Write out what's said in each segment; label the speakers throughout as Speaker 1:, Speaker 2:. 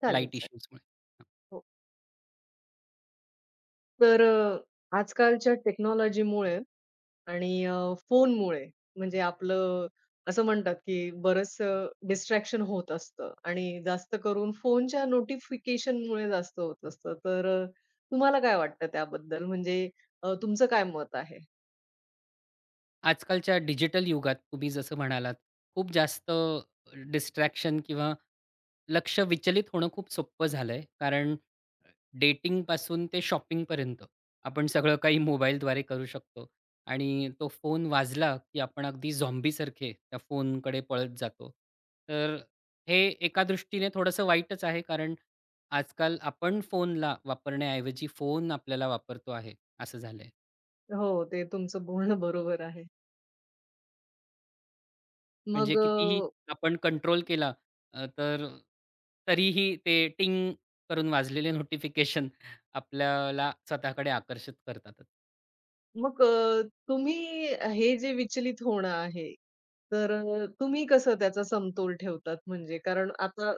Speaker 1: चालेल,
Speaker 2: लाईट
Speaker 1: चालेल.
Speaker 2: इश्यूजमुळे.
Speaker 1: हो. तर आजकालच्या टेक्नॉलॉजीमुळे आणि फोनमुळे म्हणजे आपलं असं म्हणतात, की बरचसं डिस्ट्रॅक्शन होत असतं आणि जास्त करून फोनच्या नोटिफिकेशनमुळे जास्त होत असतं. तर तुम्हाला काय वाटतं त्याबद्दल? म्हणजे तुमचं काय मत आहे?
Speaker 2: आजकालच्या डिजिटल युगात तुम्ही जसं म्हणालात, खूप जास्त डिस्ट्रॅक्शन किंवा लक्ष विचलित होणं खूप सोपं झालंय. कारण डेटिंगपासून ते शॉपिंगपर्यंत आपण सगळं काही मोबाईलद्वारे करू शकतो आणि तो फोन वाजला, की आपण अगदी झॉम्बीसारखे त्या फोनकडे पळत जातो. तर हे एका दृष्टीने थोडंसं वाईटच आहे, कारण आजकाल आपण फोनला वापरण्याऐवजी फोन आपल्याला वापरतो आहे, असं झालंय.
Speaker 1: हो, ते तुमचं बोलणं बरोबर आहे. मग
Speaker 2: म्हणजे कितीही आपण कंट्रोल केला तर तरीही ते टिंग करून वाजलेले नोटिफिकेशन आपल्याला स्वतःकडे आकर्षित करतात.
Speaker 1: मग तुम्ही हे जे विचलित होणं आहे, तर तुम्ही कसं त्याचा समतोल ठेवतात? म्हणजे कारण आता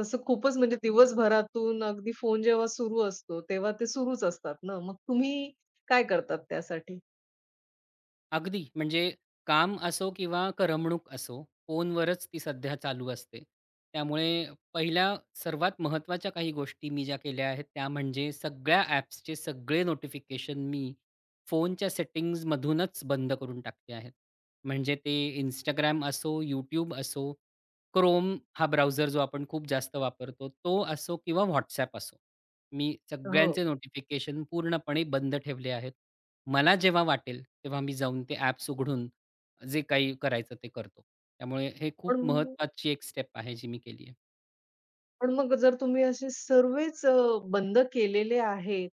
Speaker 1: तसं खूपच म्हणजे दिवसभरातून अगदी फोन जेव्हा सुरू असतो, तेव्हा ते सुरूच असतात ना. मग तुम्ही काय करतात त्यासाठी?
Speaker 2: अगदी. म्हणजे काम असो किंवा करमणूक असो, फोनवरच ती सध्या चालू असते. त्यामुळे पहिल्या सर्वात महत्त्वाच्या काही गोष्टी मी ज्या केल्या आहेत, त्या म्हणजे सगळ्या ॲप्सचे सगळे नोटिफिकेशन मी फोनच्या सेटिंग्जमधूनच बंद करून टाकले आहेत. म्हणजे ते Instagram असो, YouTube असो, Chrome हा ब्राउझर जो आपण खूप जास्त वापरतो, तो असो किंवा WhatsApp असो. मी
Speaker 1: हो.
Speaker 2: सगळ्यांचे नोटिफिकेशन पूर्णपणे बंद ठेवले आहेत. मला जेव्हा वाटेल, तेव्हा मी जाऊन ते ॲप्स उघडून जे काही करायचं ते करतो. त्यामुळे हे खूप
Speaker 1: पण
Speaker 2: महत्त्वाची एक स्टेप आहे जी मी केली आहे.
Speaker 1: पण मग जर तुम्ही असे सर्वच बंद केलेले आहेत,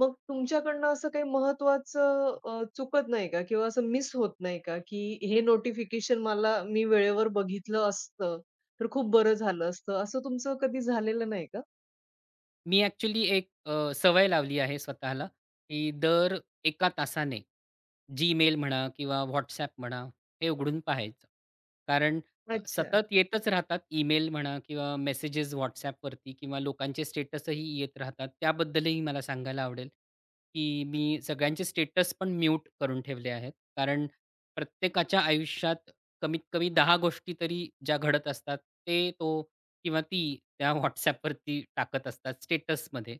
Speaker 1: मग तुमच्याकडनं असं काही महत्त्वाचं चुकत नाही का? किंवा असं मिस होत नाही का? की हे नोटिफिकेशन मला मी वेळेवर बघितलं असतं, तर खूप बरं झालं असतं. असं तुमचं कधी झालेलं नाही का?
Speaker 2: मी ॲक्चुअली एक सवय लावली आहे स्वतःला, की दर एका तासाने Gmail म्हणा किंवा WhatsApp म्हणा, हे उघडून पाहायचं. कारण
Speaker 1: अच्छा.
Speaker 2: सतत येतच राहतात ईमेल म्हणा किंवा मेसेजेस WhatsAppवरती किंवा लोकांचे स्टेटसही येत राहतात. त्याबद्दलही मला सांगायला आवडेल, की मी सगळ्यांचे स्टेटस पण म्यूट करून ठेवले आहेत. कारण प्रत्येकाच्या आयुष्यात कमीत कमी 10 गोष्टी तरी ज्या घडत असतात, ते तो किंवा ती त्या WhatsAppवरती टाकत असतात स्टेटसमध्ये.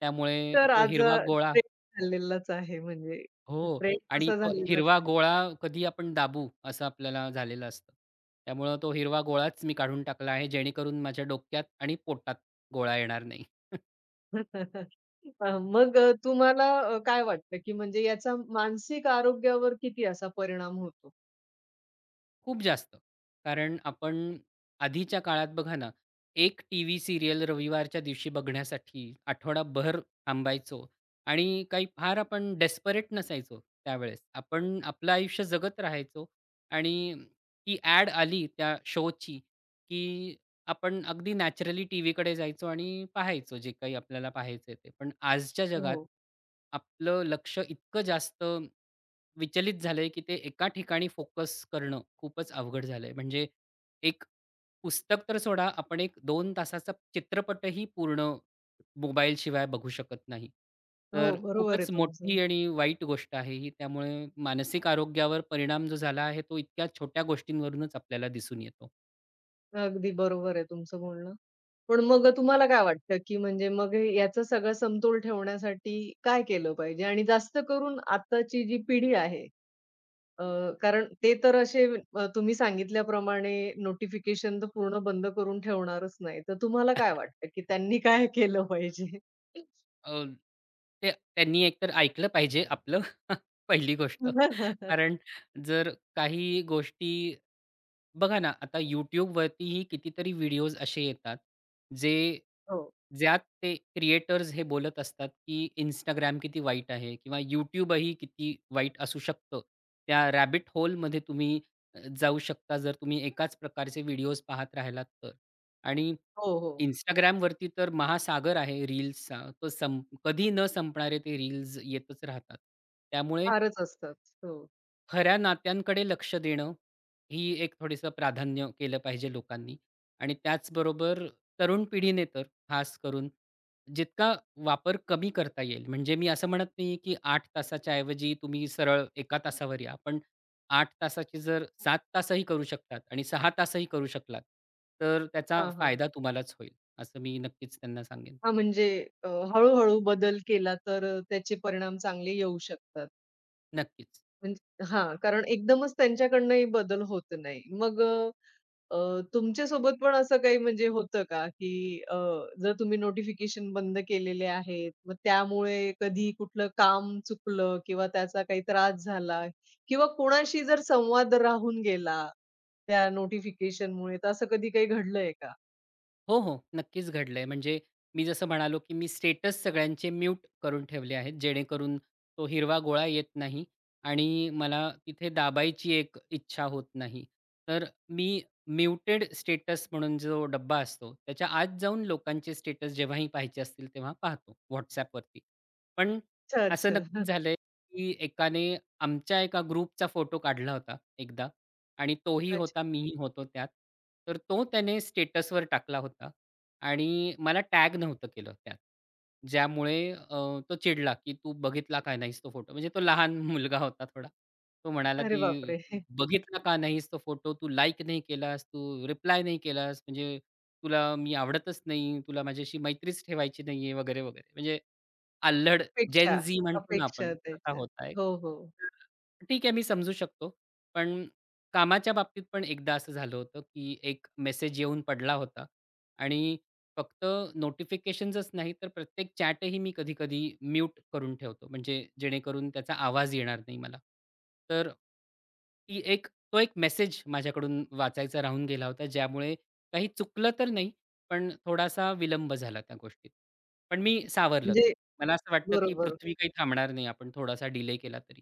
Speaker 2: त्यामुळे
Speaker 1: तर
Speaker 2: तो
Speaker 1: आज
Speaker 2: हिरवा गोळा
Speaker 1: ट्रेंड झालेलाच आहे म्हणजे
Speaker 2: हो.
Speaker 1: ट्रेंड
Speaker 2: आणि
Speaker 1: तसा
Speaker 2: तो
Speaker 1: झालेलाच
Speaker 2: हिरवा
Speaker 1: आहे.
Speaker 2: गोळा कधी आपण दाबू असं आपल्याला झालेलं असतं. त्यामुळं तो हिरवा गोळाच मी काढून टाकला आहे, जेणेकरून माझ्या डोक्यात आणि पोटात गोळा येणार नाही.
Speaker 1: मग तुम्हाला काय वाटतं की म्हणजे याचा मानसिक आरोग्यावर किती असा परिणाम होतो?
Speaker 2: खूप जास्त. कारण आपण आधीच्या काळात बघा ना, एक टीव्ही सीरियल रविवारच्या दिवशी बघण्यासाठी आठवडाभर थांबायचो आणि काही फार आपण डेस्परेट नसायचो त्यावेळेस. आपण आपलं आयुष्य जगत राहायचो आणि ती ॲड आली त्या शोची, की आपण अगदी नॅचरली टीव्हीकडे जायचो आणि पाहायचो जे काही आपल्याला पाहायचंय ते. पण आजच्या जगात
Speaker 1: हो.
Speaker 2: आपलं लक्ष इतकं जास्त विचलित झालंय, की ते एका ठिकाणी फोकस करणं खूपच अवघड झालंय. म्हणजे एक पुस्तक तर सोडा, आपण एक 2 तासाचा चित्रपटही पूर्ण मोबाईलशिवाय बघू शकत नाही. तर
Speaker 1: हो, बरोबर आहे
Speaker 2: खूपच
Speaker 1: तुमचं.
Speaker 2: मोठी आणि वाईट गोष्ट आहे ही. त्यामुळे मानसिक आरोग्यावर परिणाम जो झाला आहे, तो इतक्या छोट्या गोष्टींवरूनच आपल्याला दिसून येतो.
Speaker 1: अगदी बरोबर आहे तुमचं बोलणं. पण मग तुम्हाला काय वाटतं, की म्हणजे मग हे याचा सगळा समतोल ठेवण्यासाठी काय केलं पाहिजे? आणि जास्त करून आत्ताची जी पिढी आहे अ, कारण ते तर असे तुम्ही सांगितल्याप्रमाणे नोटिफिकेशन तर पूर्ण बंद करून ठेवणारच नाही. तर तुम्हाला काय वाटतं, की त्यांनी काय केलं पाहिजे?
Speaker 2: अ, ते त्यांनी एकतर ऐकलं पाहिजे आपलं पहिली गोष्ट. कारण जर काही गोष्टी बघा ना, आता YouTubeवरतीही कितीतरी व्हिडिओज असे येतात, जे
Speaker 1: हो,
Speaker 2: ज्यात ते क्रिएटर्स हे बोलत असतात, की इंस्टाग्राम किती वाईट आहे किंवा YouTubeही किती वाईट असू शकतं. त्या रॅबिट होलमध्ये तुम्ही जाऊ शकता, जर तुम्ही एकाच प्रकारचे व्हिडिओज पाहत राहिलात तर. आणि
Speaker 1: हो, हो.
Speaker 2: Instagramवरती तर महासागर आहे रील्सचा. तो संप कधी न संपणारे ते रील्स येतच राहतात. त्यामुळे
Speaker 1: फारच असतात. हो.
Speaker 2: खऱ्या नात्यांकडे लक्ष देणं, ही एक थोडीसं प्राधान्य केलं पाहिजे लोकांनी आणि त्याचबरोबर तरुण पिढीने तर खास करून जितका वापर कमी करता येईल. म्हणजे मी असं म्हणत नाही की 8 तासाच्या ऐवजी तुम्ही सरळ एका तासावर या. पण 8 तासाची जर 7 तासही करू शकतात आणि 6 तासही करू शकलात, तर त्याचा
Speaker 1: हां, हां.
Speaker 2: फायदा तुम्हालाच होईल, असं मी नक्कीच त्यांना सांगेन.
Speaker 1: हां, म्हणजे अ, हळू बदल केला तर त्याचे परिणाम चांगले येऊ शकतात.
Speaker 2: नक्कीच.
Speaker 1: म्हणजे हां, कारण एकदमच त्यांच्याकडनंही बदल होत नाही. मग तुमच्यासोबत पण असं काही म्हणजे होतं का, की जर तुम्ही नोटिफिकेशन बंद केलेले आहेत, मग त्यामुळे कधी कुठलं काम चुकलं किंवा त्याचा काही त्रास झाला किंवा कोणाशी जर संवाद राहून गेला त्या नोटिफिकेशनमुळे, तर असं कधी काही घडलंय का?
Speaker 2: हो, हो. नक्कीच घडलंय. म्हणजे मी जसं म्हणालो, की मी स्टेटस सगळ्यांचे म्यूट करून ठेवले आहेत, जेणेकरून तो हिरवा गोळा येत नाही आणि मला तिथे दाबायची एक इच्छा होत नाही. तर मी म्युटेड स्टेटस म्हणून जो डब्बा असतो, त्याच्या आत जाऊन लोकांचे स्टेटस जेव्हाही पाहायचे असतील तेव्हा पाहतो WhatsAppवरती. पण
Speaker 1: अच्छा,
Speaker 2: असं
Speaker 1: अच्छा.
Speaker 2: नक्कीच
Speaker 1: हं,
Speaker 2: झालंय, की एकाने आमच्या एका ग्रुपचा फोटो काढला होता एकदा आणि तोही
Speaker 1: अच्छा.
Speaker 2: होता, मीही होतो त्यात. तर तो त्याने स्टेटसवर टाकला होता आणि मला टॅग नव्हतं केलं त्यात. ज्यामुळे तो चिडला, की "तू बघितला का नाहीस तो फोटो?" म्हणजे तो लहान मुलगा होता थोडा. तो म्हणाला,
Speaker 1: अरे
Speaker 2: की
Speaker 1: बापरे!
Speaker 2: "बघितला का नाहीस तो फोटो? तू लाइक नाही केलास, तू रिप्लाय नाही केलास, म्हणजे तुला मी आवडतच नाही, तुला माझ्याशी मैत्रीच ठेवायची नाहीये" वगैरे, वगैरे. म्हणजे अल्लड
Speaker 1: अपेक्षा,
Speaker 2: जेन झी म्हणतो ना आपण
Speaker 1: अपेक्षा
Speaker 2: तसा
Speaker 1: त्याच्यात.
Speaker 2: होता एक.
Speaker 1: हो, हो.
Speaker 2: तर ठीक आहे मी समजू शकतो. पण कामाच्या बाबतीत पण एकदा असं झालं होतं, की एक मेसेज येऊन पडला होता आणि फक्त नोटिफिकेशन्सच नाही तर प्रत्येक चॅटही मी कधी-कधी म्यूट करून ठेवतो. म्हणजे जेणेकरून त्याचा आवाज येणार नाही मला. तर ती एक तो एक मेसेज माझ्याकडून वाचायचा राहून गेला होता, ज्यामुळे काही चुकलं तर नाही, पण थोडासा विलंब झाला त्या गोष्टीत. पण मी सावरलं ते.
Speaker 1: म्हणजे
Speaker 2: मला असं वाटतं, की
Speaker 1: बरोबर.
Speaker 2: पृथ्वी काही थांबणार नाही. आपण थोडासा डिले केला तरी.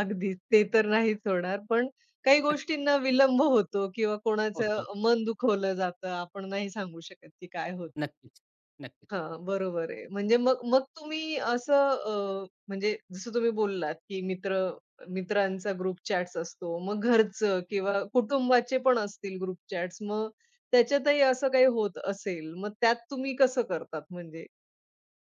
Speaker 1: अगदीच. ते तर नाहीच होणार. पण काही गोष्टींना विलंब होतो किंवा कोणाचं
Speaker 2: होतो.
Speaker 1: मन दुखवलं जातं. आपण नाही सांगू शकत की काय होतं.
Speaker 2: नक्कीच, नक्कीच.
Speaker 1: हां, बरोबर आहे. म्हणजे मग मग तुम्ही असं म्हणजे जसं तुम्ही बोललात की मित्रांचा ग्रुप चॅट्स असतो. मग घरचं किंवा कुटुंबाचे पण असतील ग्रुप चॅट्स. मग त्याच्यातही असं काही होत असेल, मग त्यात तुम्ही कसं करतात म्हणजे?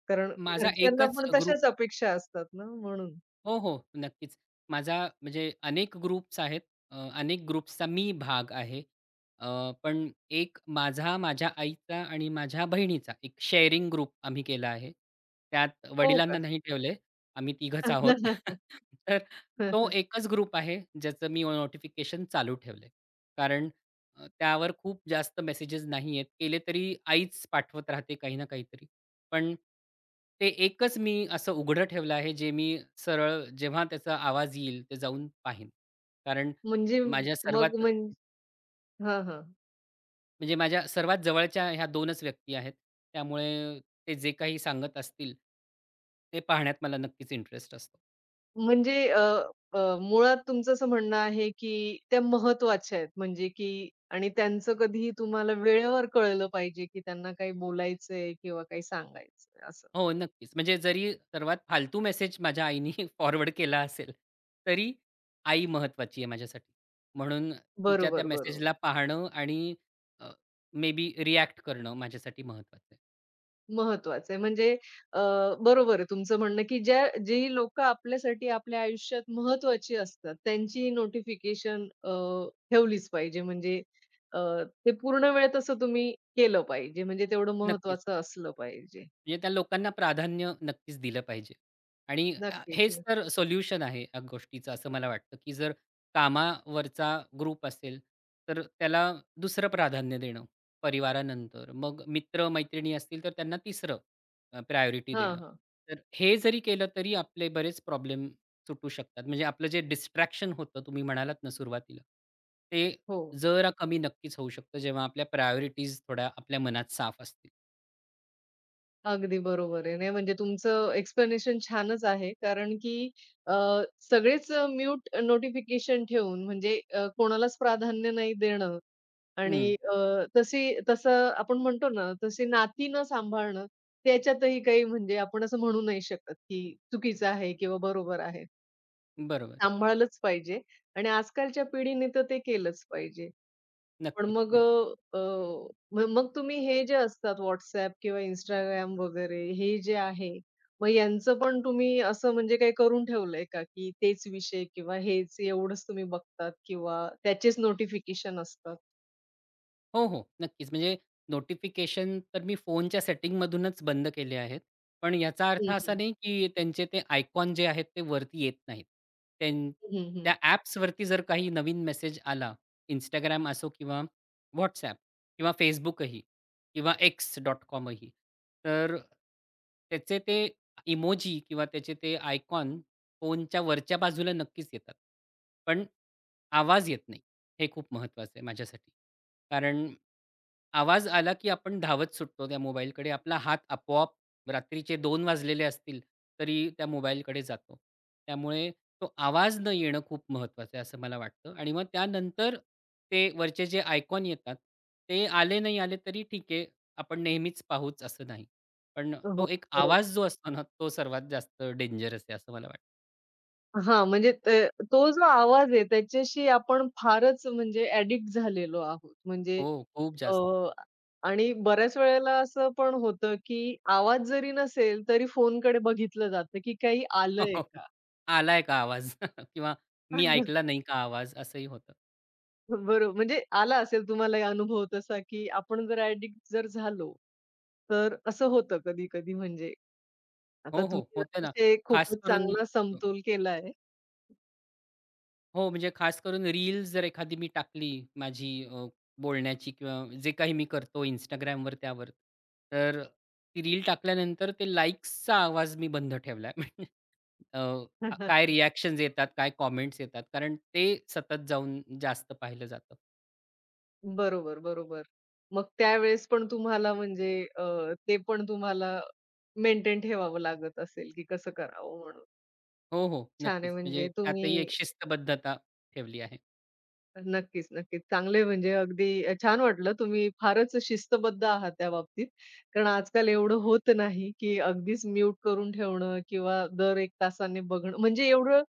Speaker 1: कारण
Speaker 2: माझा
Speaker 1: घरच्यांना
Speaker 2: एकच
Speaker 1: पण
Speaker 2: ग्रुप
Speaker 1: तशाच अपेक्षा असतात ना म्हणून.
Speaker 2: हो, हो. नक्कीच. माझा म्हणजे अनेक ग्रुप्स आहेत. अनेक ग्रुप्सचा मी भाग आहे. पण एक माझा, माझ्या आईचा आणि माझ्या बहिणीचा एक शेअरिंग ग्रुप आम्ही केला आहे. त्यात
Speaker 1: हो का?
Speaker 2: वडिलांना नाही ठेवलंय. आम्ही तिघंच आहोत. तर तो एकच ग्रुप आहे, ज्याचं मी नोटिफिकेशन चालू ठेवले कारण त्यावर खूप जास्त मेसेजेस नाहीयेत. केले तरी आईच पाठवत राहते काही ना काहीतरी. पण ते एकच मी असं उघडं ठेवलं आहे, जे मी सरळ जेव्हा त्याचा आवाज येईल, ते जाऊन पाहीन. कारण
Speaker 1: म्हणजे
Speaker 2: माझ्या
Speaker 1: मग
Speaker 2: सर्वात
Speaker 1: म्हण हां, हां.
Speaker 2: म्हणजे माझ्या सर्वात जवळच्या ह्या 2च व्यक्ती आहेत. त्यामुळे ते जे काही सांगत असतील, ते पाहण्यात मला नक्कीच इंटरेस्ट असतो.
Speaker 1: म्हणजे मुळात तुमचं असं म्हणणं आहे, की त्या महत्त्वाच्या आहेत. म्हणजे की आणि त्यांचं कधीही तुम्हाला वेळेवर कळलं पाहिजे, की त्यांना काही बोलायचंय किंवा काही सांगायचंय असं.
Speaker 2: हो, नक्कीच. म्हणजे जरी सर्वात फालतू मेसेज माझ्या आईने फॉरवर्ड केला असेल, तरी आई महत्त्वाची आहे माझ्यासाठी. म्हणून तिच्या त्या
Speaker 1: बरोबर,
Speaker 2: मेसेजला
Speaker 1: बरोबर.
Speaker 2: पाहणं आणि मे बी रिॲक्ट करणं माझ्यासाठी महत्त्वाचं आहे.
Speaker 1: महत्वाचं आहे. म्हणजे अ, बरोबर आहे तुमचं म्हणणं, की ज्या जी लोकं आपल्यासाठी आपल्या आयुष्यात महत्वाची असतात, त्यांची नोटिफिकेशन ठेवलीच पाहिजे. म्हणजे अ, ते पूर्ण वेळ तसं तुम्ही केलं पाहिजे. म्हणजे तेवढं
Speaker 2: नक्कीच.
Speaker 1: महत्वाचं असलं पाहिजे.
Speaker 2: म्हणजे त्या लोकांना प्राधान्य नक्कीच दिलं पाहिजे. आणि
Speaker 1: नक्कीच.
Speaker 2: हेच तर सोल्युशन आहे या गोष्टीचं असं मला वाटतं, की जर कामावरचा ग्रुप असेल, तर त्याला दुसरं प्राधान्य देणं परिवारानंतर. मग मित्र-मैत्रिणी असतील, तर त्यांना तिसरं प्रायोरिटी
Speaker 1: हां,
Speaker 2: देणं.
Speaker 1: हां.
Speaker 2: तर हे जरी केलं तरी आपले बरेच प्रॉब्लेम सुटू शकतात. म्हणजे आपलं जे डिस्ट्रॅक्शन होतं तुम्ही म्हणालात ना सुरुवातीला, ते
Speaker 1: हो.
Speaker 2: जरा कमी नक्कीच होऊ शकतं, जेव्हा आपल्या प्रायोरिटीज थोड्या आपल्या मनात साफ असतील.
Speaker 1: अगदी बरोबर आहे. नाही म्हणजे तुमचं एक्सप्लेनेशन छानच आहे. कारण की अ, सगळेच म्यूट नोटिफिकेशन ठेवून म्हणजे कोणालाच प्राधान्य नाही देणं आणि
Speaker 2: हं.
Speaker 1: अ, तसं आपण म्हणतो ना, तशी नाती न सांभाळणं, त्याच्यातही काही म्हणजे आपण असं म्हणू नाही शकत, की चुकीचं आहे किंवा बरोबर आहे.
Speaker 2: बरोबर.
Speaker 1: सांभाळलंच पाहिजे आणि आजकालच्या पिढीने तर ते केलंच पाहिजे. पण मग
Speaker 2: नक्कीच,
Speaker 1: मग तुम्ही हे जे असतात WhatsApp किंवा Instagram वगैरे हे जे आहे, मग यांचं पण तुम्ही असं म्हणजे काही करून ठेवलंय का, की तेच विषय किंवा हेच एवढंच तुम्ही बघतात किंवा त्याचेच नोटिफिकेशन असतात?
Speaker 2: हो, हो. नक्कीच. म्हणजे नोटिफिकेशन तर मी फोनच्या सेटिंगमधूनच बंद केले आहेत. पण याचा अर्थ
Speaker 1: हं,
Speaker 2: असा
Speaker 1: हं.
Speaker 2: नाही, की त्यांचे ते आयकॉन जे आहेत ते वरती येत नाहीत. त्यां
Speaker 1: हं, हं.
Speaker 2: त्या ॲप्सवरती जर काही नवीन मेसेज आला, इंस्टाग्राम असो किंवा WhatsApp किंवा Facebookही किंवा X.com ही, तर त्याचे ते इमोजी किंवा त्याचे ते आयकॉन फोनच्या वरच्या बाजूला नक्कीच येतात. पण आवाज येत नाही. हे खूप महत्वाचं आहे माझ्यासाठी. कारण आवाज आला की आपण धावत सुटतो त्या मोबाईलकडे. आपला हात आपोआप रात्रीचे 2 वाजलेले असतील तरी त्या मोबाईलकडे जातो. त्यामुळे तो आवाज न येणं खूप महत्त्वाचं आहे असं मला वाटतं आणि मग त्यानंतर ते वरचे जे आयकॉन येतात ते आले नाही आले तरी ठीक आहे. आपण नेहमीच पाहूच असं नाही. पण
Speaker 1: हो,
Speaker 2: तो एक
Speaker 1: बरोबर.
Speaker 2: आवाज जो असतो ना तो सर्वात जास्त डेंजरस आहे असं मला वाटतं.
Speaker 1: हां, म्हणजे तो जो आवाज आहे त्याच्याशी आपण फारच म्हणजे ॲडिक्ट झालेलो आहोत. म्हणजे
Speaker 2: हो, खूप
Speaker 1: अ,
Speaker 2: जास्त.
Speaker 1: आणि बऱ्याच वेळेला असं पण होतं, की आवाज जरी नसेल, तरी फोनकडे बघितलं जातं, की काही आलंय का?
Speaker 2: आलाय का आवाज? किंवा मी ऐकला नाही का आवाज? असंही होतं.
Speaker 1: बरोबर. म्हणजे आला असेल तुम्हालाही अनुभव तसा, की आपण जर ॲडिक्ट झालो, तर असं होतं कधी-कधी म्हणजे. आता
Speaker 2: हो, हो.
Speaker 1: तुम्ही
Speaker 2: होतं ना.
Speaker 1: अतिशय
Speaker 2: खास
Speaker 1: खूपच
Speaker 2: करून
Speaker 1: चांगला
Speaker 2: अ,
Speaker 1: समतोल केलाय.
Speaker 2: हो, म्हणजे खास करून रील्स जर एखादी मी टाकली माझी बोलण्याची किंवा जे काही मी करतो Instagramवर त्यावर, तर ती रील टाकल्यानंतर ते लाइक्सचा आवाज मी बंद ठेवला अ, अ, काय रिएक्शन्स येतात, काय कमेंट्स येतात, कारण ते सतत जाऊन जास्त पाहिलं जातं.
Speaker 1: बरोबर, बरोबर. मग त्यावेळेस पण तुम्हाला म्हणजे अ, ते पण तुम्हाला मेंटेन ठेवावं लागत असेल, की कसं करावं म्हणून.
Speaker 2: हो, हो.
Speaker 1: छान
Speaker 2: नक्कीच.
Speaker 1: आहे
Speaker 2: म्हणजे
Speaker 1: म्हणजे तुम्ही
Speaker 2: त्यातही एक शिस्तबद्धता ठेवली आहे.
Speaker 1: नक्कीच, नक्कीच. चांगले म्हणजे अगदी छान वाटलं. तुम्ही फारच शिस्तबद्ध आहात त्या बाबतीत. कारण आजकाल एवढं होत नाही, की अगदीच म्यूट करून ठेवणं किंवा दर एक तासाने बघणं. म्हणजे एवढं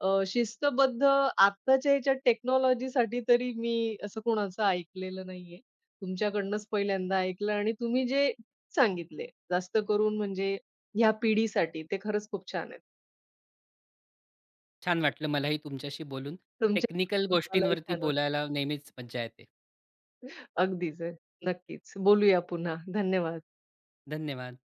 Speaker 1: शिस्तबद्ध आत्ताच्या ह्याच्या टेक्नॉलॉजीसाठी तरी मी असं कोणाचं ऐकलेलं नाहीये. तुमच्याकडनंच पहिल्यांदा ऐकलं आणि तुम्ही जे सांगितले, जास्त करून म्हणजे ह्या पिढीसाठी ते खरंच खूप छान आहेत.
Speaker 2: छान वाटलं मलाही तुमच्याशी बोलून.
Speaker 1: तुमच्या
Speaker 2: टेक्निकल
Speaker 1: मलाही
Speaker 2: गोष्टींवरती
Speaker 1: छान वाटलं.
Speaker 2: बोलायला नेहमीच मज्जा येते.
Speaker 1: अगदीच. नक्कीच. बोलूया पुन्हा. धन्यवाद.
Speaker 2: धन्यवाद.